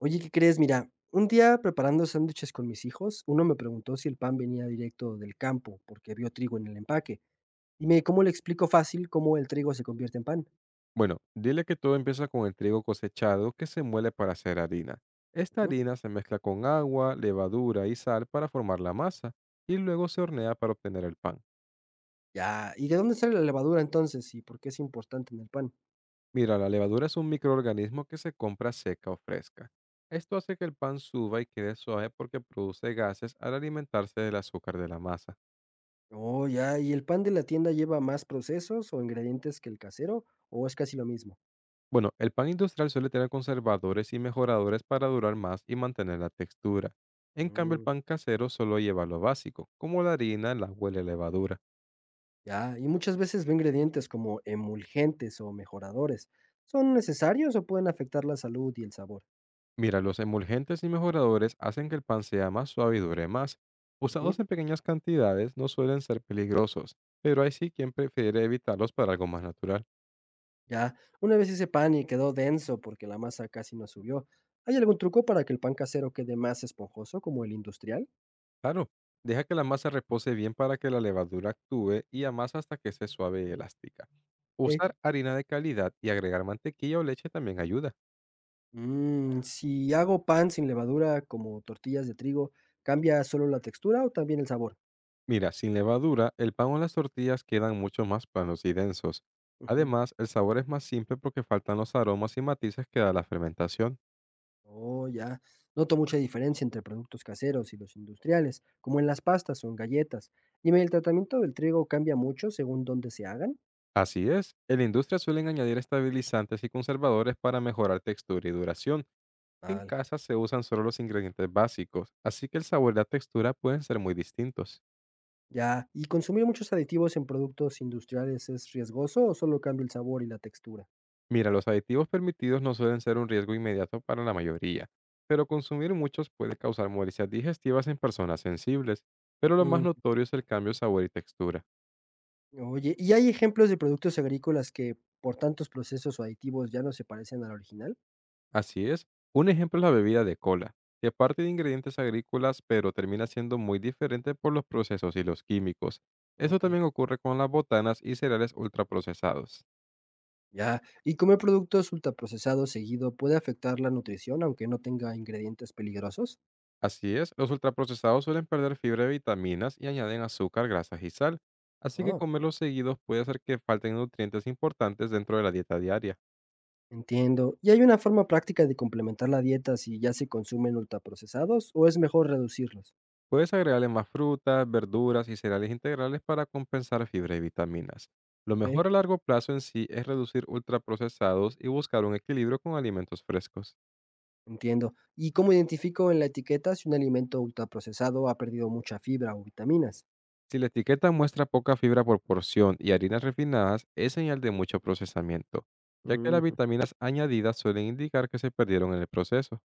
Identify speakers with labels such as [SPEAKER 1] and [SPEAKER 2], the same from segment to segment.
[SPEAKER 1] Oye, ¿qué crees? Mira, un día preparando sándwiches con mis hijos, uno me preguntó si el pan venía directo del campo, porque vio trigo en el empaque. Dime, ¿cómo le explico fácil cómo el trigo se convierte en pan?
[SPEAKER 2] Bueno, dile que todo empieza con el trigo cosechado que se muele para hacer harina. Esta
[SPEAKER 1] Ujú.
[SPEAKER 2] harina se mezcla con agua, levadura y sal para formar la masa y luego se hornea para obtener el pan.
[SPEAKER 1] Ya, ¿y de dónde sale la levadura entonces? ¿Y por qué es importante en el pan?
[SPEAKER 2] Mira, la levadura es un microorganismo que se compra seca o fresca. Esto hace que el pan suba y quede suave porque produce gases al alimentarse del azúcar de la masa.
[SPEAKER 1] Oh, ya, ¿y el pan de la tienda lleva más procesos o ingredientes que el casero? ¿O es casi lo mismo?
[SPEAKER 2] Bueno, el pan industrial suele tener conservadores y mejoradores para durar más y mantener la textura. En cambio, el
[SPEAKER 1] Mm,
[SPEAKER 2] pan casero solo lleva lo básico, como la harina, el agua y la levadura.
[SPEAKER 1] ya, y muchas veces ve ingredientes como emulgentes o mejoradores. ¿Son necesarios o pueden afectar la salud y el sabor?
[SPEAKER 2] Mira, los emulgentes y mejoradores hacen que el pan sea más suave y dure más. Usados en pequeñas cantidades no suelen ser peligrosos, pero hay sí quien prefiere evitarlos para algo más natural.
[SPEAKER 1] Ya, una vez hice pan y quedó denso porque la masa casi no subió. ¿Hay algún truco para que el pan casero quede más esponjoso como el industrial?
[SPEAKER 2] Claro, deja que la masa repose bien para que la levadura actúe y amasa hasta que esté suave y elástica.
[SPEAKER 1] Ok.
[SPEAKER 2] Usar harina de calidad y agregar mantequilla o leche también ayuda.
[SPEAKER 1] Mm, si hago pan sin levadura como tortillas de trigo, ¿cambia solo la textura o también el sabor?
[SPEAKER 2] Mira, sin levadura, el pan o las tortillas quedan mucho más planos y densos.
[SPEAKER 1] Ujú.
[SPEAKER 2] Además, el sabor es más simple porque faltan los aromas y matices que da la fermentación.
[SPEAKER 1] Oh, ya. Noto mucha diferencia entre productos caseros y los industriales, como en las pastas o en galletas. Dime, ¿el tratamiento del trigo cambia mucho según dónde se hagan?
[SPEAKER 2] Así es, en la industria suelen añadir estabilizantes y conservadores para mejorar textura y duración. En
[SPEAKER 1] Vale.
[SPEAKER 2] casa se usan solo los ingredientes básicos, así que el sabor y la textura pueden ser muy distintos.
[SPEAKER 1] Ya, ¿y consumir muchos aditivos en productos industriales es riesgoso o solo cambia el sabor y la textura?
[SPEAKER 2] Mira, los aditivos permitidos no suelen ser un riesgo inmediato para la mayoría, pero consumir muchos puede causar molestias digestivas en personas sensibles, pero lo más
[SPEAKER 1] Mm,
[SPEAKER 2] notorio es el cambio de sabor y textura.
[SPEAKER 1] oye, ¿y hay ejemplos de productos agrícolas que por tantos procesos o aditivos ya no se parecen al original?
[SPEAKER 2] Así es. Un ejemplo es la bebida de cola, que parte de ingredientes agrícolas, pero termina siendo muy diferente por los procesos y los químicos. Esto
[SPEAKER 1] Ok,
[SPEAKER 2] también ocurre con las botanas y cereales ultraprocesados.
[SPEAKER 1] ya. ¿Y comer productos ultraprocesados seguido puede afectar la nutrición aunque no tenga ingredientes peligrosos?
[SPEAKER 2] Así es, los ultraprocesados suelen perder fibra y vitaminas y añaden azúcar, grasas y sal, así que
[SPEAKER 1] Oh,
[SPEAKER 2] comerlos seguidos puede hacer que falten nutrientes importantes dentro de la dieta diaria.
[SPEAKER 1] entiendo. ¿Y hay una forma práctica de complementar la dieta si ya se consumen ultraprocesados o es mejor reducirlos?
[SPEAKER 2] Puedes agregarle más frutas, verduras y cereales integrales para compensar fibra y vitaminas. Lo
[SPEAKER 1] Ok.
[SPEAKER 2] mejor a largo plazo en sí es reducir ultraprocesados y buscar un equilibrio con alimentos frescos.
[SPEAKER 1] Entiendo. ¿Y cómo identifico en la etiqueta si un alimento ultraprocesado ha perdido mucha fibra o vitaminas?
[SPEAKER 2] Si la etiqueta muestra poca fibra por porción y harinas refinadas, es señal de mucho procesamiento, ya que las
[SPEAKER 1] Ujú,
[SPEAKER 2] vitaminas añadidas suelen indicar que se perdieron en el proceso.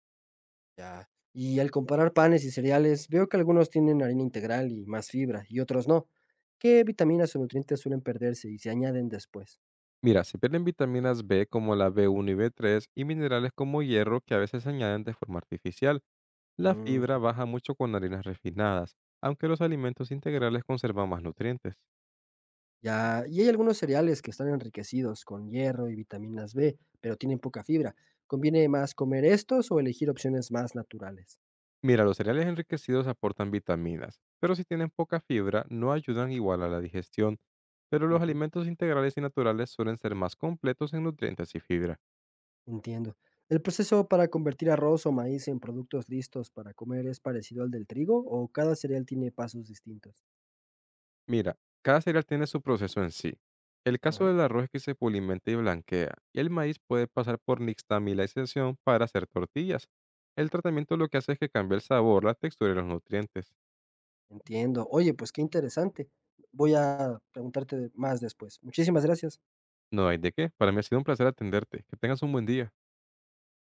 [SPEAKER 1] ya. Y al comparar panes y cereales, veo que algunos tienen harina integral y más fibra y otros no. ¿Qué vitaminas o nutrientes suelen perderse y se añaden después?
[SPEAKER 2] Mira, se pierden vitaminas B como la B1 y B3 y minerales como hierro que a veces se añaden de forma artificial. La
[SPEAKER 1] Mm,
[SPEAKER 2] fibra baja mucho con harinas refinadas, aunque los alimentos integrales conservan más nutrientes.
[SPEAKER 1] ya. Y hay algunos cereales que están enriquecidos con hierro y vitaminas B, pero tienen poca fibra. ¿Conviene más comer estos o elegir opciones más naturales?
[SPEAKER 2] Mira, los cereales enriquecidos aportan vitaminas, pero si tienen poca fibra no ayudan igual a la digestión, pero los alimentos integrales y naturales suelen ser más completos en nutrientes y fibra.
[SPEAKER 1] Entiendo. ¿El proceso para convertir arroz o maíz en productos listos para comer es parecido al del trigo o cada cereal tiene pasos distintos?
[SPEAKER 2] Mira, cada cereal tiene su proceso en sí. El caso
[SPEAKER 1] Ajá,
[SPEAKER 2] del arroz es que se pulimenta y blanquea, y el maíz puede pasar por nixtamalización para hacer tortillas. El tratamiento lo que hace es que cambia el sabor, la textura y los nutrientes.
[SPEAKER 1] entiendo. Oye, pues qué interesante. Voy a preguntarte más después. Muchísimas gracias.
[SPEAKER 2] No hay de qué. Para mí ha sido un placer atenderte. Que tengas un buen día.